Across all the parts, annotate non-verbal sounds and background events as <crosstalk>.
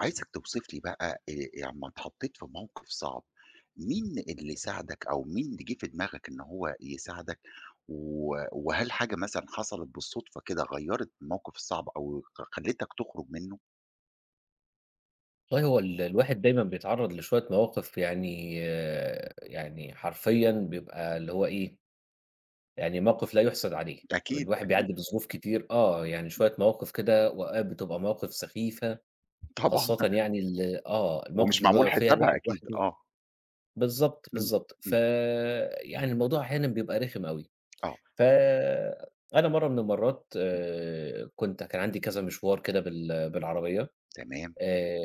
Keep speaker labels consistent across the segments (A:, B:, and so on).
A: عايزك توصف لي بقى، أمّا اتحطيت في موقف صعب، مين اللي ساعدك أو مين اللي جه في دماغك إن هو يساعدك، وهل حاجة مثلًا حصلت بالصدفة كده غيّرت الموقف الصعب أو خلّتك تخرج منه؟
B: والله هو الواحد دايمًا بيتعرّض لشوية مواقف يعني حرفيًا بيبقى اللي هو إيه، يعني موقف لا يُحسَد عليه.
A: أكيد،
B: الواحد
A: أكيد.
B: بيعدّي بظروف كتير يعني شوية مواقف كده وأوقات بتبقى مواقف سخيفة،
A: طبعًا.
B: خاصةً
A: <laughs>
B: يعني ال آه، المواقف
A: ومش
B: اللي
A: معمول
B: بيبقى فيها
A: حسابها
B: الواحد
A: أكيد،
B: لوحده.
A: آه.
B: بالضبط،
A: إمم.
B: بالضبط.
A: إمم.
B: يعني الموضوع أحيانًا بيبقى رخم أوي.
A: آه.
B: ف أنا مرّة من المرّات،
A: إمم.
B: كنت كان عندي كذا مشوار كده بالعربية.
A: تمام.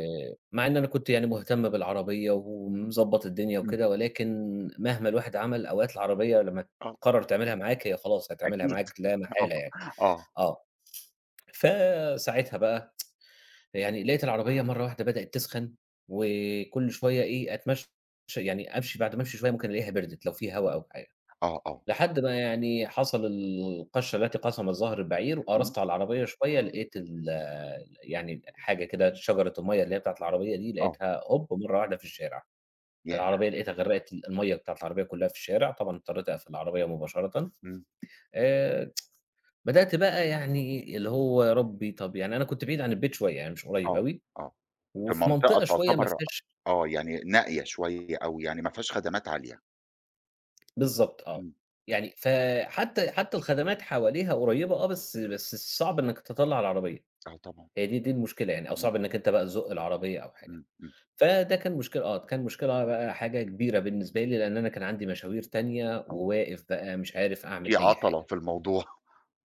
B: مع إن أنا كنت يعني مهتم بالعربية ومضبّط الدنيا
A: إمم.
B: وكده، ولكن مهما الواحد عمل أوقات العربية لمّا
A: آه.
B: تقرر تعملها معاك هي خلاص هتعملها
A: أكيد.
B: معاك لا
A: <laughs> آه،
B: محالة يعني،
A: آه.
B: آه. فساعتها بقى يعني لقيت العربية مرّة واحدة بدأت تسخن، وكل شوية إيه أتمشى، يعني أمشي، بعد ما أمشي شوية ممكن ألاقيها بردت لو في هوا أو حاجة.
A: آه، آه.
B: لحد ما يعني حصل القشّة التي قسمت ظهر البعير،
A: إمم.
B: وقرصت على العربية شوية لقيت يعني حاجة كده، شجرة المَيّة اللي هي بتاعة العربية دي
A: آه.
B: لقيتها هوب مرّة واحدة في الشارع.
A: ياه!
B: العربية لقيتها غرّقت المَيّة بتاعة العربية كلّها في الشارع، طبعًا اضطريت أقفل العربية مباشرةً.
A: إمم.
B: آآ، بدأت بقى يعني اللي هو يا ربي، طَب يعني أنا كنت بعيد عن البيت شوية، يعني مش قريّب
A: آه.
B: أوي،
A: آه. في
B: وفي
A: منطقة
B: منطقة شوية ما
A: تعتبر
B: فيهاش.
A: يعني نائية شوية أو يعني ما فيهاش خدمات عالية.
B: بالضبط آه،
A: إمم.
B: يعني فحتى الخدمات حواليها قريّبة آه، بس صعب إنّك تطلّع العربية.
A: آه طبعًا.
B: هي دي المشكلة يعني، أو
A: إمم.
B: صعب إنّك أنت بقى تزُق العربية أو حاجة.
A: إمم. إمم.
B: فده كان مشكلة آه، كان مشكلة بقى، حاجة كبيرة بالنسبة لي، لإن أنا كان عندي مشاوير تانية،
A: آه.
B: وواقف بقى مش عارف أعمل
A: في
B: أي
A: عَطَلة
B: حاجة.
A: في الموضوع. <laughs>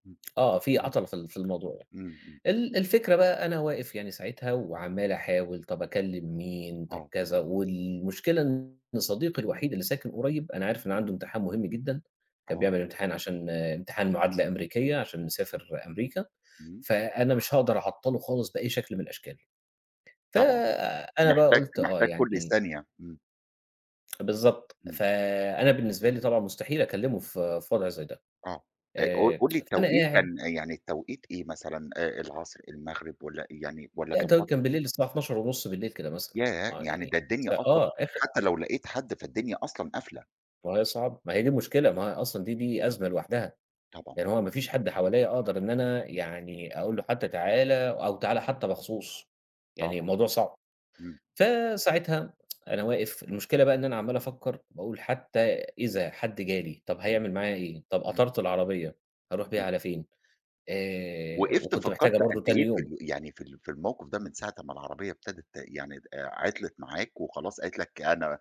A: إمم.
B: آه، في
A: إمم.
B: عَطَل في ال في الموضوع يعني.
A: إمم. إمم.
B: الفكرة بقى أنا واقف يعني ساعتها وعمّال أحاول، طَب أكلّم مين، طَب
A: آه،
B: كذا، والمشكلة إن صديقي الوحيد اللي ساكن قريب، أنا عارف إن عنده امتحان مهم جدًا، كان
A: آه.
B: بيعمل امتحان عشان امتحان معادلة أمريكية عشان نسافر أمريكا،
A: إمم.
B: فأنا مش هاقدر أعطّله خالص بأي شكل من الأشكال.
A: طبعًا.
B: فأنا بقى
A: محتاج
B: قُلت آه،
A: محتاج كل
B: يعني
A: ثانية. إمم.
B: بالضبط.
A: إمم.
B: فأنا بالنسبة لي طبعًا مستحيل أكلّمه في وضع زي ده.
A: آه. قُل
B: آآ
A: قُل لي
B: فأنا
A: التوقيت
B: قاعد،
A: كان آه، يعني التوقيت إيه مثلًا العصر، المغرب والّا
B: لأ
A: كان
B: ده كان
A: فترة.
B: بالليل الساعة 00:30 كده مثلًا،
A: ياه!
B: آه
A: يعني
B: يعني
A: ده
B: ف
A: الدنيا أصلًا.
B: آه آخر
A: حتى لو لقيت حد فالدنيا أصلًا قافلة.
B: ما هي صعب، ما هي دي المشكلة، ما هي أصلًا دي أزمة لوحدها.
A: طبعًا.
B: يعني هو ما فيش حد حواليّا أقدر إن أنا يعني أقول له حتى تعالَ أو تعالَ حتى مخصوص، يعني
A: طبعًا.
B: الموضوع صعب.
A: إمم.
B: فساعتها أنا واقف، المشكلة بقى إن أنا عمّال أفكّر باقول حتى إذا حد جالي، طَب
A: إمم.
B: هيعمل معايا إيه؟ طَب
A: إمم.
B: أطرت العربية، هاروح بيها على فين؟
A: وقفت
B: وكنت محتاجها
A: فكّرت قد
B: برضه تاني
A: إيه في
B: يوم.
A: ال يعني في ال في الموقف ده من ساعة أمّا العربية ابتدت يعني عطلت معاك وخلاص قالت لك أنا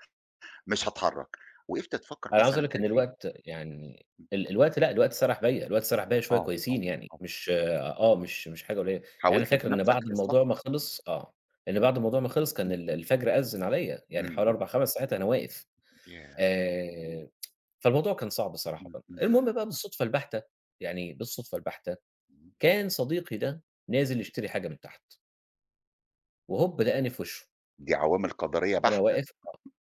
A: مش هاتحرّك، وقفت تفكّر
B: أنا عاوز
A: مثلًا
B: أقول لك إن
A: قد إيه؟
B: الوقت يعني،
A: إمم.
B: الوقت لأ، الوقت سَرَح بيّا، الوقت سَرَح بيّا شوية
A: آه، آه،
B: كويسين يعني،
A: آه.
B: مش مش، مش حاجة قليلة. يعني أنا
A: حاولت
B: فاكر إن
A: بنَفْسك
B: بعد الموضوع ما
A: إصلاحها؟
B: خلص آه، إن بعد الموضوع ما خلص كان
A: إمم.
B: الفجر أذّن عليّا، يعني
A: إمم.
B: حوالي
A: إمم.
B: 4، 5 ساعات أنا واقف.
A: ياه!
B: آآ فالموضوع كان صعب صراحةً.
A: إمم. إمم.
B: المهم بقى بالصدفة البحتة، يعني بالصدفة البحتة،
A: إمم.
B: كان صديقي ده نازل يشتري حاجة من تحت، وهوب لقاني في وشه
A: دي عوامل قدرية
B: وأنا
A: بحتة.
B: واقف،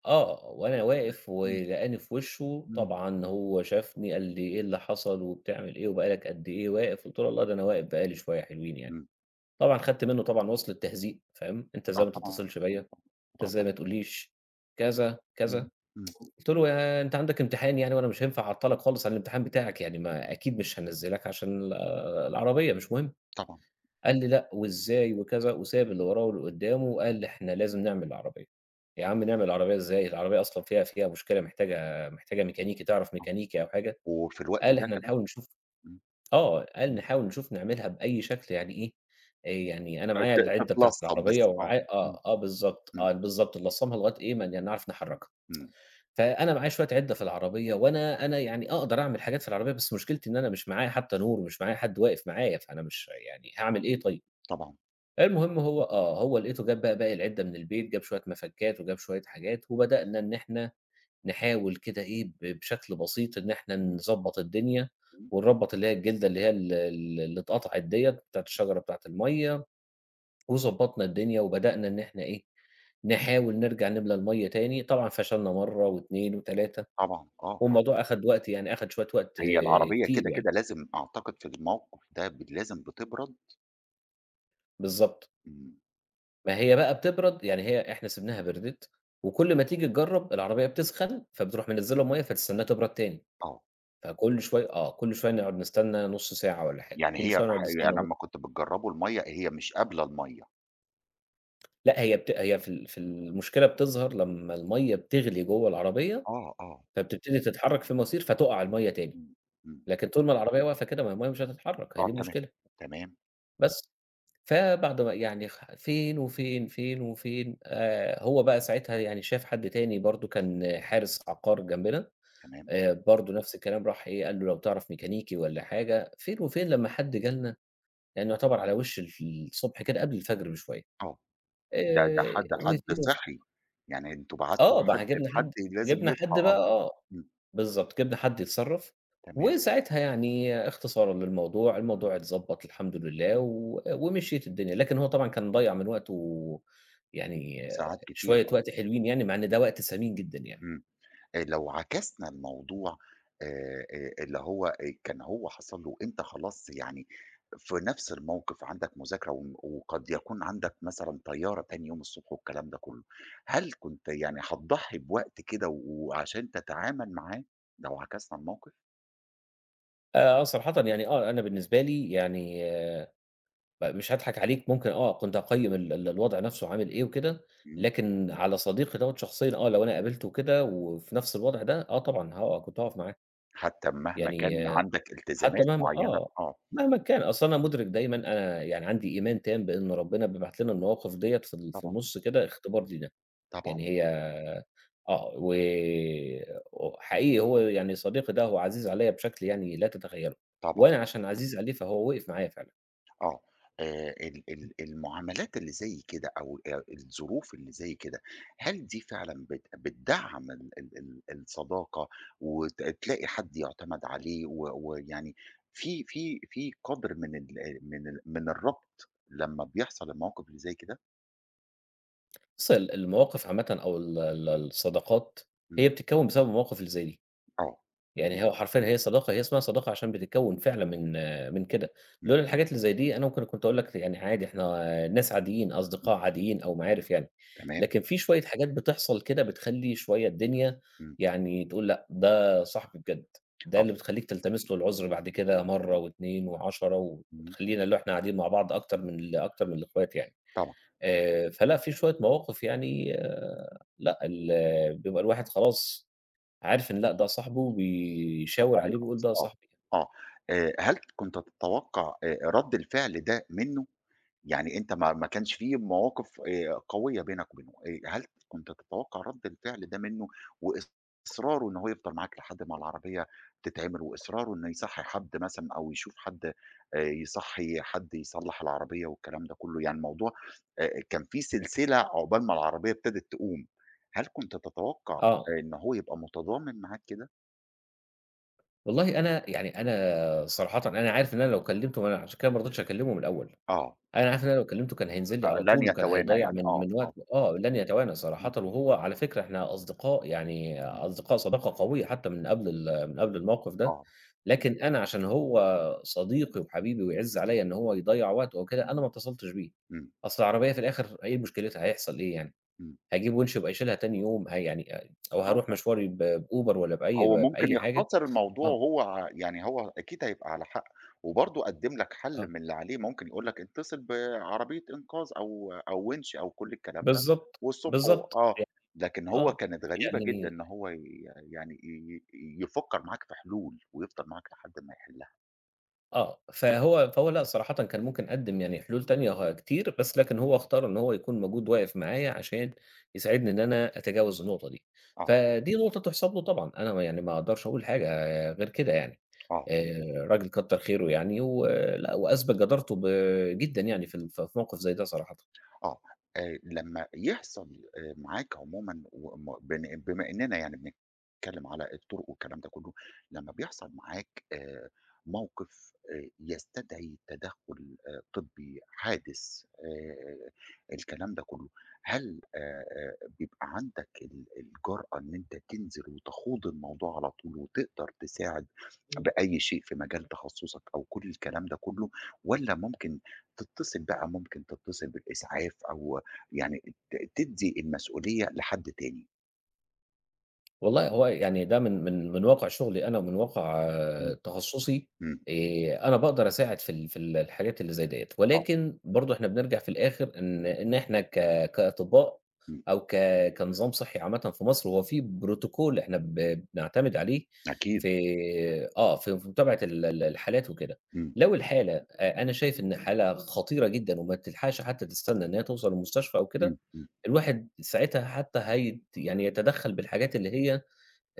B: آه، وأنا واقف
A: إمم.
B: ولقاني في وشه.
A: إمم.
B: طبعًا هو شافني قال لي: "إيه اللي حصل وبتعمل إيه وبقى لك قد إيه واقف؟" قُلت له: "والله ده أنا واقف بقى لي شوية حلوين يعني."
A: إمم.
B: طبعًا خدت منه طبعًا وصْل التهزيء، فاهم، "أنت
A: آه
B: إزاي ما
A: طبعًا.
B: تتصلش بيّا، أنت
A: آه
B: إزاي ما
A: طبعًا.
B: تقوليش،" كذا، كذا.
A: إمم. إمم.
B: قُلت له: "يا أنت عندك امتحان يعني، وأنا مش هينفع أعطّلك خالص عن الامتحان بتاعك، يعني ما أكيد مش هانزّلك عشان العربية مش مهم."
A: طبعًا.
B: قال لي: "لأ وإزاي وكذا." وساب اللي وراه واللي قدّامه وقال لي: "إحنا لازم نعمل العربية." يا عم نعمل العربية إزاي؟ العربية أصلًا فيها مشكلة، محتاجة ميكانيكي، تعرف
A: آه.
B: ميكانيكي أو حاجة؟
A: وفي الوقت
B: قال:
A: ده
B: "إحنا
A: كمان.
B: نحاول نشوف."
A: إمم.
B: آه، قال:
A: إمم.
B: "نحاول نشوف نعملها بأي شكل." يعني إيه، يعني أنا معايا
A: ت
B: العِدّة بتاعة
A: تتلصّم بس،
B: العربية
A: آه.
B: ومعايا
A: إمم.
B: بالضبط،
A: إمم.
B: آه بالضبط، نلصّمها لغاية إيه ما نعرف نحرّكها.
A: إمم. إمم.
B: فأنا معايا شوية عِدّة في العربية، وأنا يعني أقدر أعمل حاجات في العربية، بس مشكلتي إن أنا مش معايا حتى نور، ومش معايا حد واقف معايا، فأنا مش يعني هاعمل إيه طيب؟
A: طبعًا.
B: المهم هو آه، هو لقيته جاب بقى باقي العِدّة من البيت، جاب شوية مفكات، وجاب شوية حاجات، وبدأنا إن إحنا نحاول كده إيه، بشكل بسيط إن إحنا نضبّط الدنيا، ونربّط اللي هي الجلدة اللي هي ال ال اللي اتقطعت ديّة بتاعة الشجرة بتاعة المَيّة، وضبّطنا الدنيا، وبدأنا إن إحنا إيه، نحاول نرجع نملى المَيّة تاني. طبعًا فشلنا مرّة و2 و3.
A: طبعًا. آه، آه.
B: والموضوع أخَد وقت، يعني أخَد شوية وقت
A: هي العربية
B: كتير
A: كده،
B: يعني.
A: كده لازم أعتقد في الموقف ده لازم بتبرد.
B: بالضبط.
A: إمم.
B: ما هي بقى بتبرد، يعني هي إحنا سِبناها بردِت، وكل ما تيجي تجرّب العربية بتسخن، فبتروح منزِّلة مَيّة فتستناها تبرد تاني.
A: آه.
B: فكل شوية آه، كل شوية نقعد نستنى نُص ساعة والّا حاجة،
A: يعني
B: كل
A: هي
B: شوية
A: ح
B: نقعد نستنى
A: أنا لمّا كنت بتجرّبه المَيّة، هي مش قابلة المَيّة.
B: لأ هي بت هي في ال في المشكلة بتظهر لمّا المَيّة بتغلي جوّه العربية،
A: آه، آه.
B: فبتبتدي تتحرّك في المواسير فتُقع المَيّة تاني،
A: إمم. إمم.
B: لكن طول ما العربية واقفة كده ما هي المَيّة مش هتتحرّك، هي دي
A: آه تمام.
B: المشكلة،
A: تمام.
B: بس. فبعد ما يعني فين وفين، فين وفين، هو بقى ساعتها يعني شاف حد تاني برضه كان حارس عقار جنبنا.
A: تمام.
B: برضه نفس الكلام راح إيه، قال له: "لو تعرف ميكانيكي والّا حاجة." فين وفين لمّا حد جالنا، يعني يعتبر على وش الصبح كده قبل الفجر بشوية.
A: آه. ده حد حد
B: وفين وف
A: صِحي. يعني أنتم بعتّوا
B: آه، ما إحنا
A: حد
B: جِبنا حد،
A: الحد لازم
B: جِبنا
A: يصحى
B: حد بقى
A: آه.
B: آه.
A: إمم.
B: بالضبط، جِبنا حد يتصرّف،
A: تمام.
B: وساعتها يعني اختصارًا للموضوع،
A: إمم.
B: الموضوع اتضبّط الحمد لله ومشيت الدنيا، لكن هو طبعًا كان مضيّع من وقته يعني
A: ساعات كتير
B: شوية
A: آه.
B: وقت حلوين يعني، مع إن
A: إمم.
B: ده وقت ثمين جدًا يعني.
A: إمم. لو عكسنا الموضوع اللي هو كان هو حصل له أنت خلاص يعني في نفس الموقف عندك مذاكرة وقد يكون عندك مثلًا طيارة تاني يوم الصبح والكلام ده كله، هل كنت يعني هتضحّي بوقت كده وعشان تتعامل معاه لو عكسنا الموقف؟
B: صراحةً يعني آه، أنا بالنسبة لي يعني مش هاضحك عليك ممكن آه، كنت هاقيّم ال ال الوضع نَفْسه عامل إيه وكده،
A: إمم.
B: لكن على صديقي دوّة شخصيًا آه، لو أنا قابلته كده وفي نَفْس الوضع ده، آه طبعًا كنت هاقف معاه،
A: حتى مهما
B: يعني
A: كان عندك
B: حتى
A: التزامات
B: مهما
A: معيّنة آه.
B: مهما كان. أصل أنا مُدرك دايمًا، أنا يعني عندي إيمان تام بإن ربنا بيبعت لنا المواقف ديّة في ال في
A: طبعًا.
B: النُص كده اختبار لينا،
A: طبعًا.
B: يعني هي آه، وحقيقي هو يعني صديقي ده هو عزيز عليَّ بشكل يعني لا تتخيّله،
A: طبعًا.
B: وأنا عشان عزيز عليه فهو وقف معايا فعلًا.
A: آه. ال ال المعاملات اللي زي كده أو الظروف اللي زي كده، هل دي فعلًا بتدعّم ال ال ال الصداقة وت تلاقي حد يُعتمد عليه ويعني في قدر من الربط لمّا بيحصل الموقف اللي زي كده؟
B: بُص المواقف عامةً أو ال ال الصداقات هي
A: إمم.
B: بتتكوّن بسبب المواقف اللي زي دي.
A: آه.
B: يعني هو حرفيًا هي صداقة، هي اسمها صداقة عشان بتتكوّن فعلًا
A: إمم.
B: من من كده.
A: إمم.
B: لولا الحاجات اللي زي دي أنا ممكن كنت أقول لك يعني عادي إحنا ناس عاديين،
A: إمم.
B: أصدقاء عاديين أو معارف يعني،
A: تمام.
B: لكن في شوية حاجات بتحصل كده بتخلّي شوية الدنيا
A: إمم.
B: يعني تقول لأ، ده صاحبي بجد، ده
A: آه.
B: اللي بتخلّيك تلتمس له العُذر بعد كده مرّة و2 و10،
A: إمم.
B: وتخلّينا اللي هو إحنا قاعدين مع بعض أكتر من أكتر من الإخوات يعني.
A: طبعًا.
B: فلأ في شوية مواقف يعني آه، لأ، بيبقى الواحد خلاص عارف إن لأ ده صاحبه وبيشاور
A: عليه
B: عليه بيقول
A: خلاص
B: ده
A: آه.
B: صاحبي، كده.
A: آه. هل كنت تتوقع رَد الفعل ده منّه؟ يعني أنت ما كانش في مواقف قوية بينك وبينه، هل كنت تتوقع رَد الفعل ده منه وإصراره إن هو يفضل معاك لحد ما العربية تتعمل وإصراره إنه يصحّي حد مثلًا أو يشوف حد يصحّي حد يصلّح العربية والكلام ده كُلّه، يعني الموضوع كان في سلسلة عقبال ما العربية ابتدت تقوم، هل كنت تتوقع
B: آه،
A: إن هو يبقى متضامن معاك كده؟
B: والله أنا يعني أنا صراحةً أنا عارف إن أنا لو كلمته، ما أنا عشان كده ما رضيتش أكلمه من الأول.
A: آه.
B: أنا عارف إن أنا لو كلمته كان هينزل لي على
A: لن
B: طول وكان
A: يتوانى
B: هيضيّع
A: يعني،
B: من
A: آه،
B: من
A: آه.
B: وقته آه، لن يتوانى صراحةً،
A: إمم.
B: وهو على فكرة إحنا أصدقاء يعني،
A: إمم.
B: أصدقاء صداقة قوية حتى من قبل الموقف ده.
A: آه.
B: لكن أنا عشان هو صديقي وحبيبي ويعِز عليَّ إن هو يضيّع وقته أو كده، أنا ما اتصلتش بيه.
A: إمم.
B: أصل العربية في الآخر إيه مشكلتها؟ هيحصل إيه يعني؟
A: إمم.
B: هاجيب وِنش وأبقى شايلها تاني يوم، يعني أو
A: آه.
B: هاروح مشواري بأوبر والّا
A: هو ممكن
B: بأي حاجة.
A: يختصر الموضوع
B: آه،
A: وهو يعني هو أكيد هيبقى على حق، وبرضه قدّم لك حل
B: آه،
A: من اللي عليه، ممكن يقول لك اتصل بعربية إنقاذ أو وِنْش أو كل الكلام ده،
B: بالضبط،
A: والصبح و
B: بالضبط،
A: آه،
B: ي
A: لكن هو
B: آه،
A: كانت غريبة جدًا
B: يعني
A: إن هو يعني يفكّر معاك في حلول ويفضل معاك لحد ما يحلّها.
B: آه، فهو لأ صراحةً كان ممكن قدّم يعني حلول تانية كتير، بس لكن هو اختار إن هو يكون موجود واقف معايا عشان يساعدني إن أنا أتجاوز النقطة دي،
A: آه.
B: فدي نقطة تُحسب له طبعًا. أنا ما يعني ما أقدرش أقول حاجة غير كده يعني.
A: آه.
B: راجل كتّر خيره يعني، ولأ وأثبت جدارته جدًا يعني في ال ف في موقف زي ده صراحةً.
A: آه. لمّا يحصل معاك عمومًا وم بن بما إننا يعني بنتكلم على الطرق والكلام ده كله، لمّا بيحصل معاك موقف يستدعي تدخُّل طبّي حادث الكلام ده كله، هل بيبقى عندك الجرأة إن أنت تنزل وتخوض الموضوع على طول وتقدر تساعد بأي شيء في مجال تخصُّصك أو كل الكلام ده كله والّا ممكن تتصل بقى ممكن تتصل بالإسعاف أو يعني تدّي المسؤولية لحد تاني.
B: والله هو يعني ده من من من واقع شغلي أنا ومن واقع آه،
A: إمم.
B: تخصُّصي.
A: إمم.
B: أنا باقدر أساعد في ال في ال الحاجات اللي زي ديّة،
A: آه.
B: ولكن برضه إحنا بنرجع في الآخر إن إن إحنا كأطباء
A: إمم.
B: أو كنظام صحّي عامةً في مصر، هو في بروتوكول إحنا بنعتمد عليه
A: أكيد.
B: في آه، في في متابعة ال ال الحالات وكده.
A: إمم.
B: لو الحالة أنا شايف إن حالة خطيرة جدًا وما تلحقش حتى تستنى إن هي توصل المستشفى أو كده،
A: إمم. إمم.
B: الواحد ساعتها حتى يعني يتدخّل بالحاجات اللي هي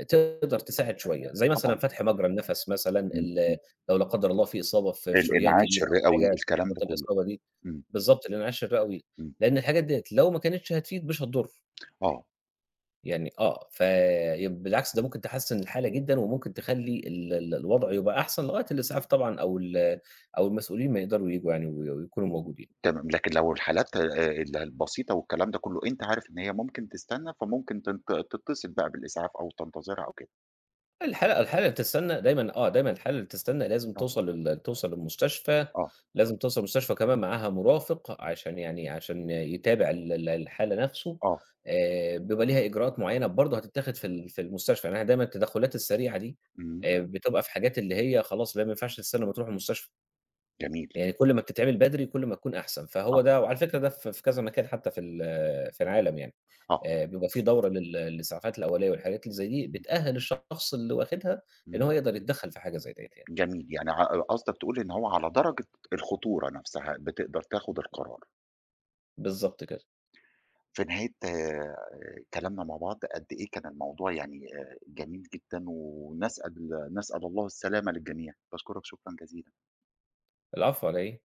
B: تقدر تساعد شوية، زي مثلًا
A: طبعًا.
B: فتح مجرى النَفَس مثلًا
A: إمم. إمم.
B: لو لا قدر الله في إصابة في في شريان
A: الإنعاش
B: كبير أو
A: الرئوي
B: حاجة
A: الكلام
B: تظبط
A: ده كلّه.
B: الإصابة دي،
A: إمم.
B: بالضبط الإنعاش الرئوي،
A: إمم.
B: لأن الحاجات ديّة لو ما كانتش هتفيد مش هتضر،
A: آه.
B: يعني آه، في بالعكس ده ممكن تحسّن الحالة جدًا وممكن تخلّي ال ال الوضع يبقى أحسن لغاية الإسعاف طبعًا أو أو المسؤولين ما يقدروا ييجوا يعني ويكونوا موجودين.
A: تمام، لكن لو الحالات ال البسيطة والكلام ده كلّه أنت عارف إن هي ممكن تستنى، فممكن تتصل بقى بالإسعاف أو تنتظرها أو كده.
B: الحالة اللي بتستنّى دايمًا آه، دايمًا الحالة اللي بتستنّى لازم
A: آه.
B: توصل لل توصل للمستشفى،
A: آه.
B: لازم توصل المستشفى كمان معاها مرافق
A: إمم.
B: عشان يعني عشان يتابع ال ال الحالة نَفْسه.
A: آه.
B: بيبقى ليها إجراءات معيّنة برضه هتتاخد في ال في المستشفى، يعني إحنا دايمًا التدخُّلات السريعة دي
A: إمم.
B: بتبقى في حاجات اللي هي خلاص اللي هي ما ينفعش تستنّى ما تروح المستشفى.
A: جميل.
B: يعني كل ما بتتعمل بدري كل ما تكون أحسن،
A: آه.
B: فهو ده وعلى فكرة ده في في كذا مكان حتى في ال في العالم يعني.
A: آه.
B: بيبقى في دورة للإسعافات الأولية والحاجات اللي زي دي،
A: إمم.
B: بتأهّل الشخص اللي واخدها إن
A: إمم.
B: هو يقدر يتدخّل في حاجة زي ديّة يعني.
A: جميل، يعني قصدك تقول إن هو على درجة الخطورة نفسها بتقدر تاخد القرار.
B: بالضبط كده.
A: في نهاية كلامنا مع بعض قد إيه كان الموضوع يعني جميل جدًا ونسأل نسأل الله السلامة للجميع، باشكرك شكرًا جزيلًا.
B: العفو على إيه؟